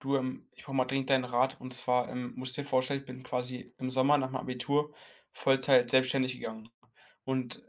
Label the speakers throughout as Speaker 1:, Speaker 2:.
Speaker 1: Du, ich brauche mal dringend deinen Rat. Und zwar musst dir vorstellen, ich bin quasi im Sommer nach meinem Abitur Vollzeit selbstständig gegangen. Und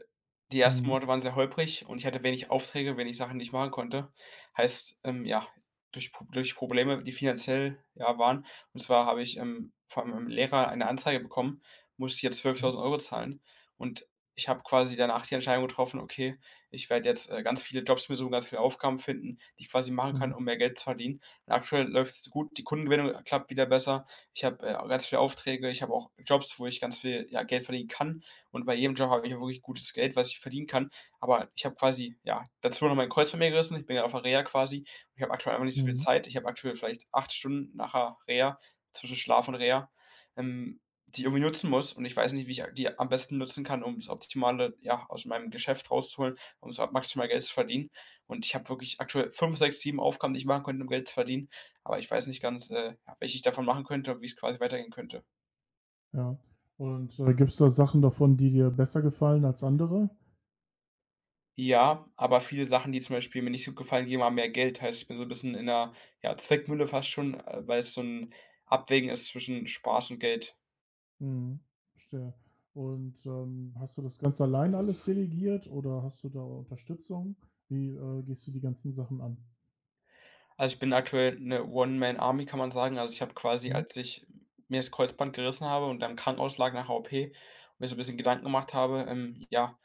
Speaker 1: die ersten
Speaker 2: Mhm.
Speaker 1: Monate waren sehr holprig und ich hatte wenig Aufträge, wenig Sachen, die ich machen konnte. Heißt, ja, durch Probleme, die finanziell ja, waren. Und zwar habe ich von meinem Lehrer eine Anzeige bekommen, musste ich jetzt
Speaker 2: Ja.
Speaker 1: 12.000 € zahlen. Und ich habe quasi danach die Entscheidung getroffen, okay, ich werde jetzt ganz viele Jobs mir suchen, ganz viele Aufgaben finden, die ich quasi machen kann,
Speaker 2: Mhm.
Speaker 1: um mehr Geld zu verdienen, und aktuell läuft es gut, die Kundengewinnung klappt wieder besser. Ich habe, ganz viele Aufträge, ich habe auch Jobs, wo ich ganz viel, ja, Geld verdienen kann, und bei jedem Job habe ich ja wirklich gutes Geld, was ich verdienen kann, aber ich habe quasi, ja, dazu noch mein Kreuz bei mir gerissen. Ich bin ja auf der Reha quasi, und ich habe aktuell einfach nicht so viel
Speaker 2: Mhm.
Speaker 1: Zeit. Ich habe aktuell vielleicht 8 Stunden nachher Reha, zwischen Schlaf und Reha, ähm, die ich irgendwie nutzen muss, und ich weiß nicht, wie ich die am besten nutzen kann, um das Optimale, ja, aus meinem Geschäft rauszuholen, um so maximal Geld zu verdienen. Und ich habe wirklich aktuell 5 6 7 Aufgaben, die ich machen könnte, um Geld zu verdienen. Aber ich weiß nicht ganz, ja, welche ich davon machen könnte und wie es quasi weitergehen könnte.
Speaker 2: Ja. Und, gibt es da Sachen davon, die dir besser gefallen als andere?
Speaker 1: Ja, aber viele Sachen, die zum Beispiel mir nicht so gefallen, geben mir mehr Geld. Heißt, ich bin so ein bisschen in 'ner, ja, Zwickmühle fast schon, weil es so ein Abwägen ist zwischen Spaß und Geld.
Speaker 2: Mhm. Verstehe. Und, hast du das ganz allein alles delegiert oder hast du da Unterstützung? Wie, gehst du die ganzen Sachen an?
Speaker 1: Also, ich bin aktuell eine One-Man-Army, kann man sagen. Also, ich habe quasi,
Speaker 2: Mhm.
Speaker 1: als ich mir das Kreuzband gerissen habe und dann im Krankenhaus lag nach 'ner OP und mir so ein bisschen Gedanken gemacht habe, ja,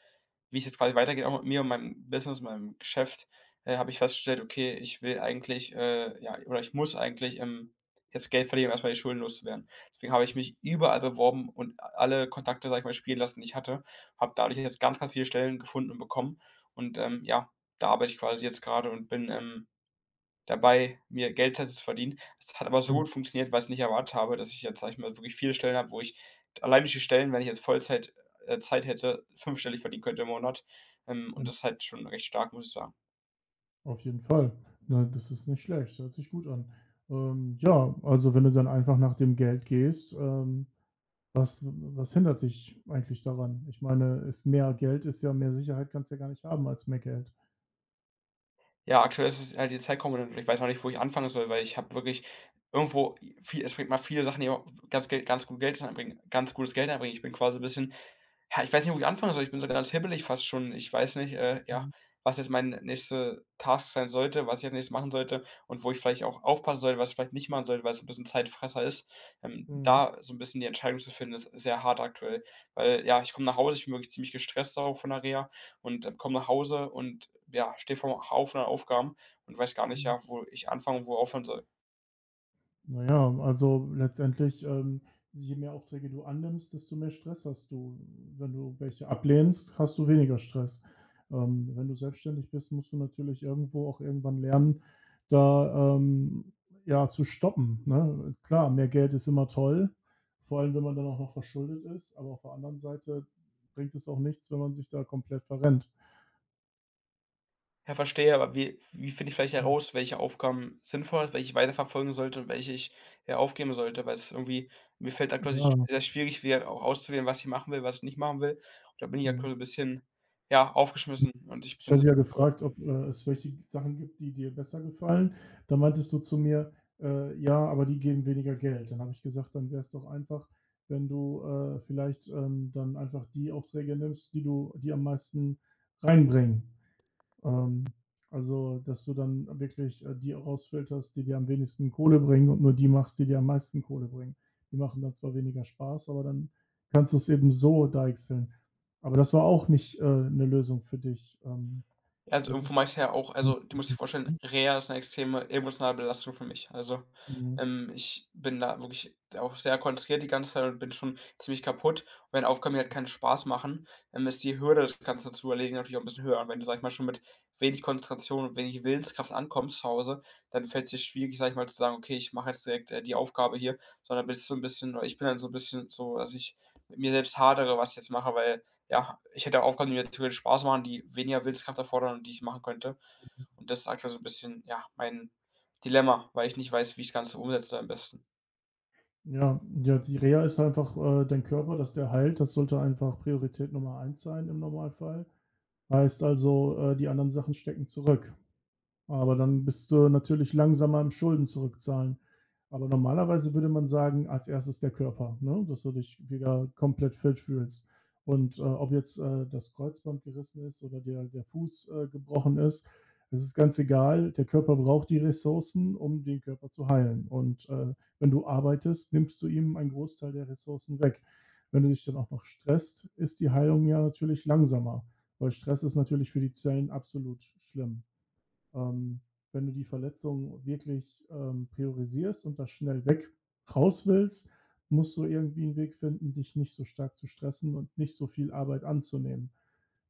Speaker 1: wie es jetzt quasi weitergeht, auch mit mir und meinem Business, meinem Geschäft, habe ich festgestellt, okay, ich will eigentlich, ja, oder ich muss eigentlich jetzt Geld verdienen, um erstmal die Schulden loszuwerden. Deswegen habe ich mich überall beworben und alle Kontakte, sag ich mal, spielen lassen, die ich hatte. Habe dadurch jetzt ganz, ganz viele Stellen gefunden und bekommen. Und ja, da arbeite ich quasi jetzt gerade und bin dabei, mir Geld z zu verdienen. Es hat aber so
Speaker 2: Ja,
Speaker 1: gut funktioniert, weil's nicht erwartet habe, dass ich jetzt, sage ich mal, wirklich viele Stellen habe, wo ich allein durch die Stellen, wenn ich jetzt Vollzeit Zeit hätte, fünfstellig verdienen könnte im Monat. Und
Speaker 2: ja,
Speaker 1: das ist halt schon recht stark, muss ich sagen.
Speaker 2: auf jeden Fall. Ne, das ist nicht schlecht, hört sich gut an. Ja, also, wenn du dann einfach nach dem Geld gehst, was hindert dich eigentlich daran? Ich meine, ist mehr Geld ist ja mehr Sicherheit kannst ja gar nicht haben als mehr Geld.
Speaker 1: Ja, aktuell ist es halt die Zeitkomponente, und ich weiß noch nicht, wo ich anfangen soll, weil ich habe wirklich irgendwo viel, es bringt mal viele Sachen, die auch ganz gutes Geld einbringen. Ich bin quasi ein bisschen, ja, ich weiß nicht, wo ich anfangen soll. Ich bin so ganz hibbelig fast schon. Ich weiß nicht, ja,
Speaker 2: Mhm,
Speaker 1: was jetzt meine nächste Task sein sollte, was ich als Nächstes machen sollte und wo ich vielleicht auch aufpassen sollte, was ich vielleicht nicht machen sollte, weil es ein bisschen Zeitfresser ist.
Speaker 2: mhm,
Speaker 1: Da so ein bisschen die Entscheidung zu finden, ist sehr hart aktuell, weil, ja, ich komme nach Hause, ich bin wirklich ziemlich gestresst auch von der Reha und, komme nach Hause und, ja, stehe vor 'm Haufen an Aufgaben und weiß gar nicht,
Speaker 2: mhm.
Speaker 1: ja, wo ich anfangen und wo aufhören soll.
Speaker 2: Na ja, also letztendlich, je mehr Aufträge du annimmst, desto mehr Stress hast du. Wenn du welche ablehnst, hast du weniger Stress. Wenn du selbstständig bist, musst du natürlich irgendwo auch irgendwann lernen, da, ja, zu stoppen, ne? Klar, mehr Geld ist immer toll, vor allem, wenn man dann auch noch verschuldet ist, aber auf der anderen Seite bringt es auch nichts, wenn man sich da komplett verrennt.
Speaker 1: Ja, verstehe, aber wie finde ich vielleicht
Speaker 2: Mhm,
Speaker 1: heraus, welche Aufgaben sinnvoll sind, welche ich weiterverfolgen sollte und welche ich, ja, aufgeben sollte? Weil es irgendwie, mir fällt aktuell sich
Speaker 2: ja,
Speaker 1: sehr schwierig, wäre auch auszuwählen, was ich machen will, was ich nicht machen will. Und da bin ich
Speaker 2: mhm.
Speaker 1: aktuell so ein bisschen, ja, aufgeschmissen, und ich
Speaker 2: Ich
Speaker 1: bin so,
Speaker 2: hatte ja gefragt, ob es welche Sachen gibt, die dir besser gefallen. Da meintest du zu mir: Ja, aber die geben weniger Geld.“ Dann habe ich gesagt: „Dann wär's doch einfach, wenn du, vielleicht, dann einfach die Aufträge nimmst, die am meisten reinbringen.“ Ähm, also, dass du dann wirklich, die rausfilterst, die dir am wenigsten Kohle bringen und nur die machst, die dir am meisten Kohle bringen. Die machen dann zwar weniger Spaß, aber dann kannst du es eben so deichseln. Aber das war auch nicht, 'ne Lösung für dich,
Speaker 1: also,
Speaker 2: Jetzt
Speaker 1: irgendwo
Speaker 2: ist
Speaker 1: mache ich's ja auch, also, du musst dir vorstellen, Reha ist 'ne extreme emotionale Belastung für mich. Also,
Speaker 2: Mhm.
Speaker 1: ich bin da wirklich auch sehr konzentriert die ganze Zeit und bin schon ziemlich kaputt. Und wenn Aufgaben mir halt keinen Spaß machen, ist die Hürde, das Ganze zu erledigen, natürlich auch 'n bisschen höher. Und wenn du, sage ich mal, schon mit wenig Konzentration und wenig Willenskraft ankommst zu Hause, dann fällt's dir schwierig, sage ich mal, zu sagen: „Okay, ich mache jetzt direkt, die Aufgabe hier“, sondern bist so 'n bisschen, oder ich bin dann so 'n bisschen so, dass ich mit mir selbst hadere, was ich jetzt mache, weil ja, ich hätte Aufgaben, die mir theoretisch Spaß machen, die weniger Willenskraft erfordern und die ich machen könnte. Und das ist aktuell so ein bisschen, ja, mein Dilemma, weil ich nicht weiß, wie ich das Ganze umsetze am besten.
Speaker 2: Ja, ja, die Reha ist einfach, dein Körper, dass der heilt. Das sollte einfach Priorität Nummer eins sein im Normalfall. Heißt also, die anderen Sachen stecken zurück. Aber dann bist du natürlich langsamer im Schulden zurückzahlen. Aber normalerweise würde man sagen, als erstes der Körper, ne, dass du dich wieder komplett fit fühlst. Und, ob jetzt, das Kreuzband gerissen ist oder der Fuß, gebrochen ist, es ist ganz egal. Der Körper braucht die Ressourcen, um den Körper zu heilen. Und, wenn du arbeitest, nimmst du ihm einen Großteil der Ressourcen weg. Wenn du dich dann auch noch stresst, ist die Heilung ja natürlich langsamer, weil Stress ist natürlich für die Zellen absolut schlimm. Ähm, wenn du die Verletzung wirklich, priorisierst und das schnell weg raus willst, musst du irgendwie einen Weg finden, dich nicht so stark zu stressen und nicht so viel Arbeit anzunehmen.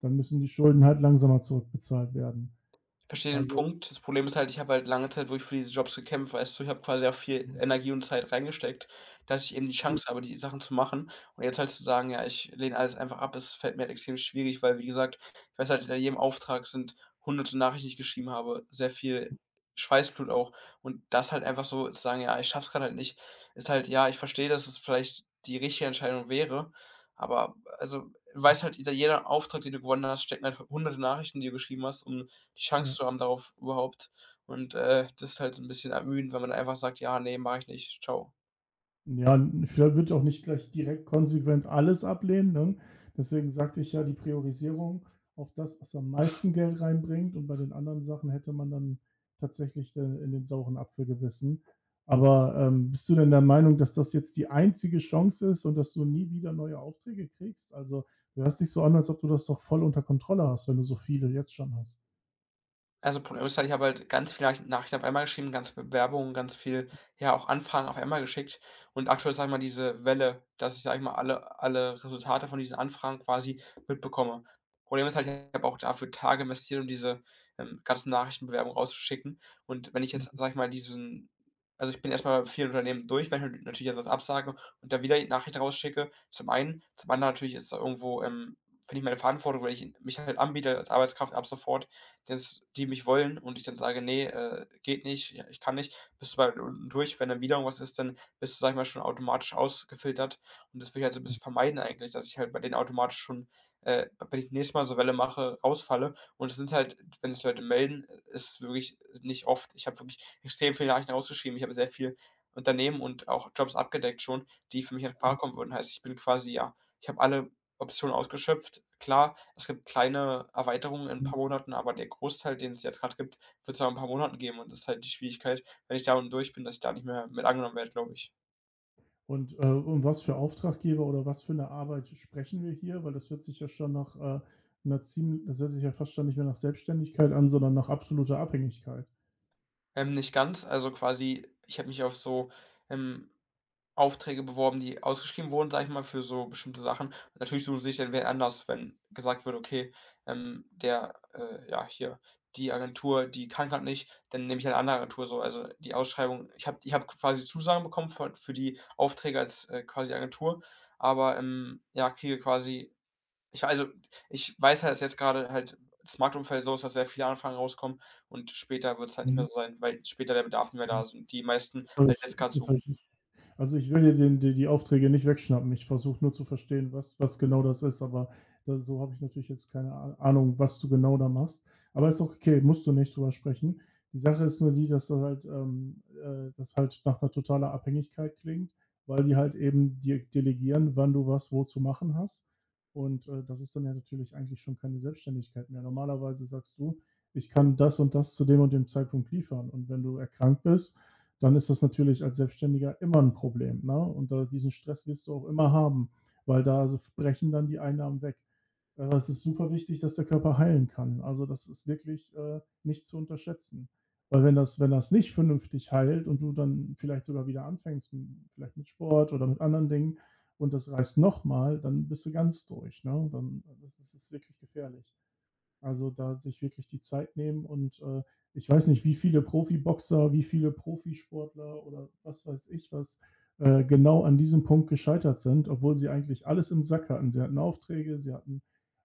Speaker 2: Dann müssen die Schulden halt langsamer zurückbezahlt werden.
Speaker 1: Ich verstehe den
Speaker 2: Also,
Speaker 1: Punkt. Das Problem ist halt, ich habe halt lange Zeit, wo ich für diese Jobs gekämpft, weißt du? Ich habe quasi auch viel
Speaker 2: hm,
Speaker 1: Energie und Zeit reingesteckt, dass ich eben die
Speaker 2: gut,
Speaker 1: Chance habe, die Sachen zu machen. Und jetzt halt zu sagen: „Ja, ich lehne alles einfach ab“, es fällt mir halt extrem schwierig, weil, wie gesagt, ich weiß halt, hinter jedem Auftrag sind hunderte Nachrichten, die ich geschrieben habe, sehr viel Schweißblut auch. Und das halt einfach so zu sagen: „Ja, ich schaffe es grad halt nicht“, ist halt, ja, ich verstehe, dass es vielleicht die richtige Entscheidung wäre, aber also,
Speaker 2: hm,
Speaker 1: weiß halt, hinter jeder Auftrag, den du gewonnen hast, stecken halt hunderte Nachrichten, die du geschrieben hast, um die Chance
Speaker 2: ja.
Speaker 1: zu haben darauf überhaupt. Und, das ist halt so ein bisschen ermüdend, wenn man einfach sagt: „Ja, nee, mache ich nicht. Ciao.“
Speaker 2: Ja, vielleicht wird auch nicht gleich direkt konsequent alles ablehnen, ne? Deswegen sagte ich ja, die Priorisierung auf das, was am meisten Geld reinbringt und bei den anderen Sachen hätte man dann tatsächlich dann in den sauren Apfel gebissen. Aber, bist du denn der Meinung, dass das jetzt die einzige Chance ist und dass du nie wieder neue Aufträge kriegst? Also, du hörst dich so an, als ob du das doch voll unter Kontrolle hast, wenn du so viele jetzt schon hast.
Speaker 1: Also, Problem ist halt, ich habe halt ganz viele Nachrichten auf einmal geschrieben, ganz viele Bewerbungen, ganz viel, ja, auch Anfragen auf einmal geschickt. Und aktuell, sage ich mal, diese Welle, dass ich, sage ich mal, alle Resultate von diesen Anfragen quasi mitbekomme. Problem ist halt, ich habe auch dafür Tage investiert, um diese, ganzen Nachrichtenbewerbungen rauszuschicken. Und wenn ich jetzt,
Speaker 2: Mhm,
Speaker 1: sage ich mal, diesen, also, ich bin erst mal bei vielen Unternehmen durch, wenn ich natürlich etwas absage und dann wieder die Nachricht rausschicke, zum einen. Zum anderen natürlich ist da irgendwo, finde ich meine Verantwortung, weil ich mich halt anbiete als Arbeitskraft ab sofort, dass die mich wollen und ich dann sage: „Nee, geht nicht, ja, ich kann nicht.“ Bist du bei unten durch. Wenn dann wieder irgendwas ist, dann bist du, sag ich mal, schon automatisch ausgefiltert, und das will ich halt so ein
Speaker 2: mhm,
Speaker 1: bisschen vermeiden eigentlich, dass ich halt bei denen automatisch schon, wenn ich nächstes Mal so Welle mache, rausfalle, und es sind halt, wenn sich Leute melden, ist wirklich nicht oft. Ich habe wirklich extrem viele Nachrichten rausgeschrieben. Ich habe sehr viel Unternehmen und auch Jobs abgedeckt schon, die für mich in
Speaker 2: mhm,
Speaker 1: Frage kommen würden. Heißt, ich bin quasi, ja, ich habe alle Optionen ausgeschöpft. Klar, es gibt kleine Erweiterungen in ein
Speaker 2: mhm.
Speaker 1: paar Monaten, aber der Großteil, den es jetzt gerade gibt, wird's auch in ein paar Monaten geben, und das ist halt die Schwierigkeit, wenn ich da unten durch bin, dass ich da nicht mehr mit angenommen werde, glaube ich.
Speaker 2: Und, um was für Auftraggeber oder was für 'ne Arbeit sprechen wir hier? Weil das hört sich ja schon nach, 'ner zieml das hört sich ja fast schon nicht mehr nach Selbstständigkeit an, sondern nach absoluter Abhängigkeit.
Speaker 1: Nicht ganz, also quasi ich habe mich auf so, ähm Aufträge beworben, die ausgeschrieben wurden, sage ich mal, für so bestimmte Sachen. Natürlich suchen sie sich dann wen anders, wenn gesagt wird: „Okay, der ja, hier, die Agentur, die kann gerade nicht, dann nehme ich eine andere Agentur“, so. Also, die Ausschreibung, ich habe quasi Zusagen bekommen von für die Aufträge als, quasi Agentur, aber, ja, kriege quasi ich, also, ich weiß halt, dass jetzt gerade halt das Marktumfeld so ist, dass sehr viele Anfragen rauskommen, und später wird es halt nicht
Speaker 2: Mhm,
Speaker 1: mehr so sein, weil später der Bedarf nicht mehr da
Speaker 2: mhm.
Speaker 1: ist und die meisten
Speaker 2: Jetzt habe
Speaker 1: halt
Speaker 2: ich
Speaker 1: jetzt gerade
Speaker 2: jetzt habe
Speaker 1: suchen.
Speaker 2: ich Also ich will dir die Aufträge nicht wegschnappen. Ich versuche nur zu verstehen, was genau das ist. Aber da, so habe ich natürlich jetzt keine Ahnung, was du genau da machst. Aber ist auch okay, musst du nicht drüber sprechen. Die Sache ist nur die, dass das halt nach einer totaler Abhängigkeit klingt, weil die halt eben dir delegieren, wann du was wo zu machen hast. Und das ist dann ja natürlich eigentlich schon keine Selbstständigkeit mehr. Normalerweise sagst du, ich kann das und das zu dem und dem Zeitpunkt liefern. Und wenn du erkrankt bist, dann ist das natürlich als Selbstständiger immer ein Problem. Ne? Und da, diesen Stress wirst du auch immer haben, weil da also brechen dann die Einnahmen weg. Aber es ist super wichtig, dass der Körper heilen kann. Also das ist wirklich nicht zu unterschätzen. Weil wenn das nicht vernünftig heilt und du dann vielleicht sogar wieder anfängst, vielleicht mit Sport oder mit anderen Dingen, und das reißt nochmal, dann bist du ganz durch. Ne? Das ist wirklich gefährlich. Also, da sich wirklich die Zeit nehmen und, ich weiß nicht, wie viele Profiboxer, wie viele Profisportler oder was weiß ich was, genau an diesem Punkt gescheitert sind, obwohl sie eigentlich alles im Sack hatten. Sie hatten Aufträge, sie hatten,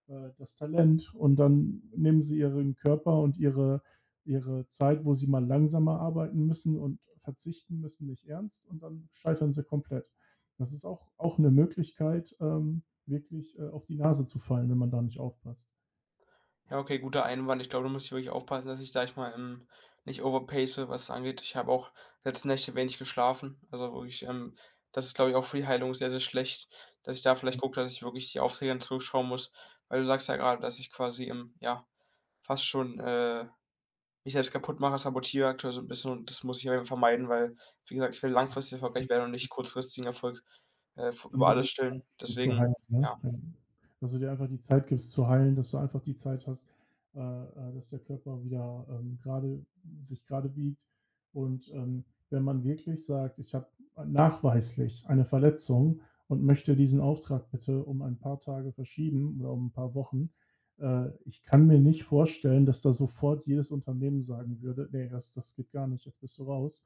Speaker 2: das Talent und dann nehmen sie ihren Körper und ihre Zeit, wo sie mal langsamer arbeiten müssen und verzichten müssen, nicht ernst und dann scheitern sie komplett. Das ist auch eine Möglichkeit, wirklich, auf die Nase zu fallen, wenn man da nicht aufpasst.
Speaker 1: Ja, okay, guter Einwand. Ich glaube, da muss ich wirklich aufpassen, dass ich, sage ich mal, nicht overpace, was das angeht. Ich habe auch letzte Nächte wenig geschlafen. Also wirklich, das ist, glaube ich, auch für die Heilung sehr, sehr schlecht, dass ich da vielleicht gucke, dass ich wirklich die Aufträge dann zurückschauen muss. Weil du sagst ja gerade, dass ich quasi, ja, fast schon mich selbst kaputt mache, sabotiere aktuell so ein bisschen, und das muss ich eben vermeiden, weil, wie gesagt, ich will langfristig erfolgreich werden und nicht kurzfristigen Erfolg
Speaker 2: Wollen
Speaker 1: über
Speaker 2: dir
Speaker 1: alles
Speaker 2: die Zeit
Speaker 1: stellen.
Speaker 2: geben zu
Speaker 1: Deswegen,
Speaker 2: heilen, ne?
Speaker 1: ja.
Speaker 2: Ja. Dass du dir einfach die Zeit gibst zu heilen, dass du einfach die Zeit hast, dass der Körper wieder, grade sich gerade biegt. Und, wenn man wirklich sagt: „Ich habe nachweislich eine Verletzung und möchte diesen Auftrag bitte um ein paar Tage verschieben oder um ein paar Wochen.“ Ich kann mir nicht vorstellen, dass da sofort jedes Unternehmen sagen würde: „Nee, das geht gar nicht, jetzt bist du raus.“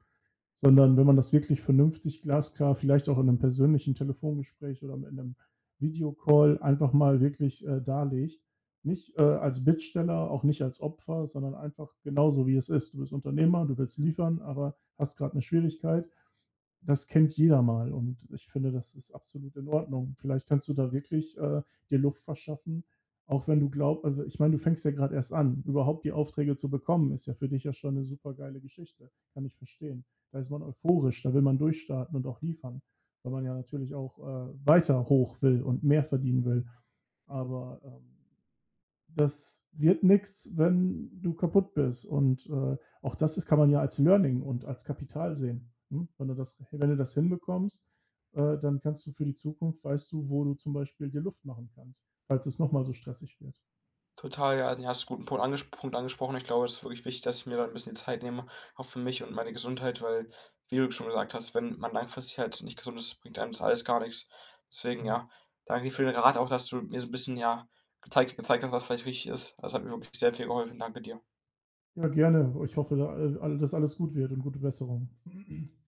Speaker 2: Sondern wenn man das wirklich vernünftig, glasklar, vielleicht auch in einem persönlichen Telefongespräch oder in einem Videocall einfach mal wirklich darlegt. Nicht als Bittsteller, auch nicht als Opfer, sondern einfach genauso wie es ist. Du bist Unternehmer, du willst liefern, aber hast gerade eine Schwierigkeit das kennt jeder mal und ich finde, das ist absolut in Ordnung. Vielleicht kannst du da wirklich, dir Luft verschaffen, auch wenn du glaubst, also, ich meine, du fängst ja gerade erst an. Überhaupt die Aufträge zu bekommen, ist ja für dich ja schon eine super geile Geschichte. Kann ich verstehen. Da ist man euphorisch, da will man durchstarten und auch liefern, weil man ja natürlich auch, weiter hoch will und mehr verdienen will. Aber, das wird nix, wenn du kaputt bist und, auch das ist kann man ja als Learning und als Kapital sehen, ne? Wenn du das hinbekommst, dann kannst du für die Zukunft weißt du, wo du zum Beispiel dir Luft machen kannst, falls es noch mal so stressig wird.
Speaker 1: Total, ja, du hast du guten Punkt angesprochen. Ich glaube, es ist wirklich wichtig, dass ich mir da ein bisschen die Zeit nehme, auch für mich und meine Gesundheit, weil, wie du schon gesagt hast, wenn man langfristig halt nicht gesund ist, bringt einem das alles gar nichts. Deswegen,
Speaker 2: Ja.
Speaker 1: ja, danke dir für den Rat auch, dass du mir so ein bisschen, ja, gezeigt hast, was vielleicht richtig ist. Das hat mir wirklich sehr viel geholfen. Danke dir.
Speaker 2: Ja, gerne. Ich hoffe, da, all dass alles gut wird und gute Besserung.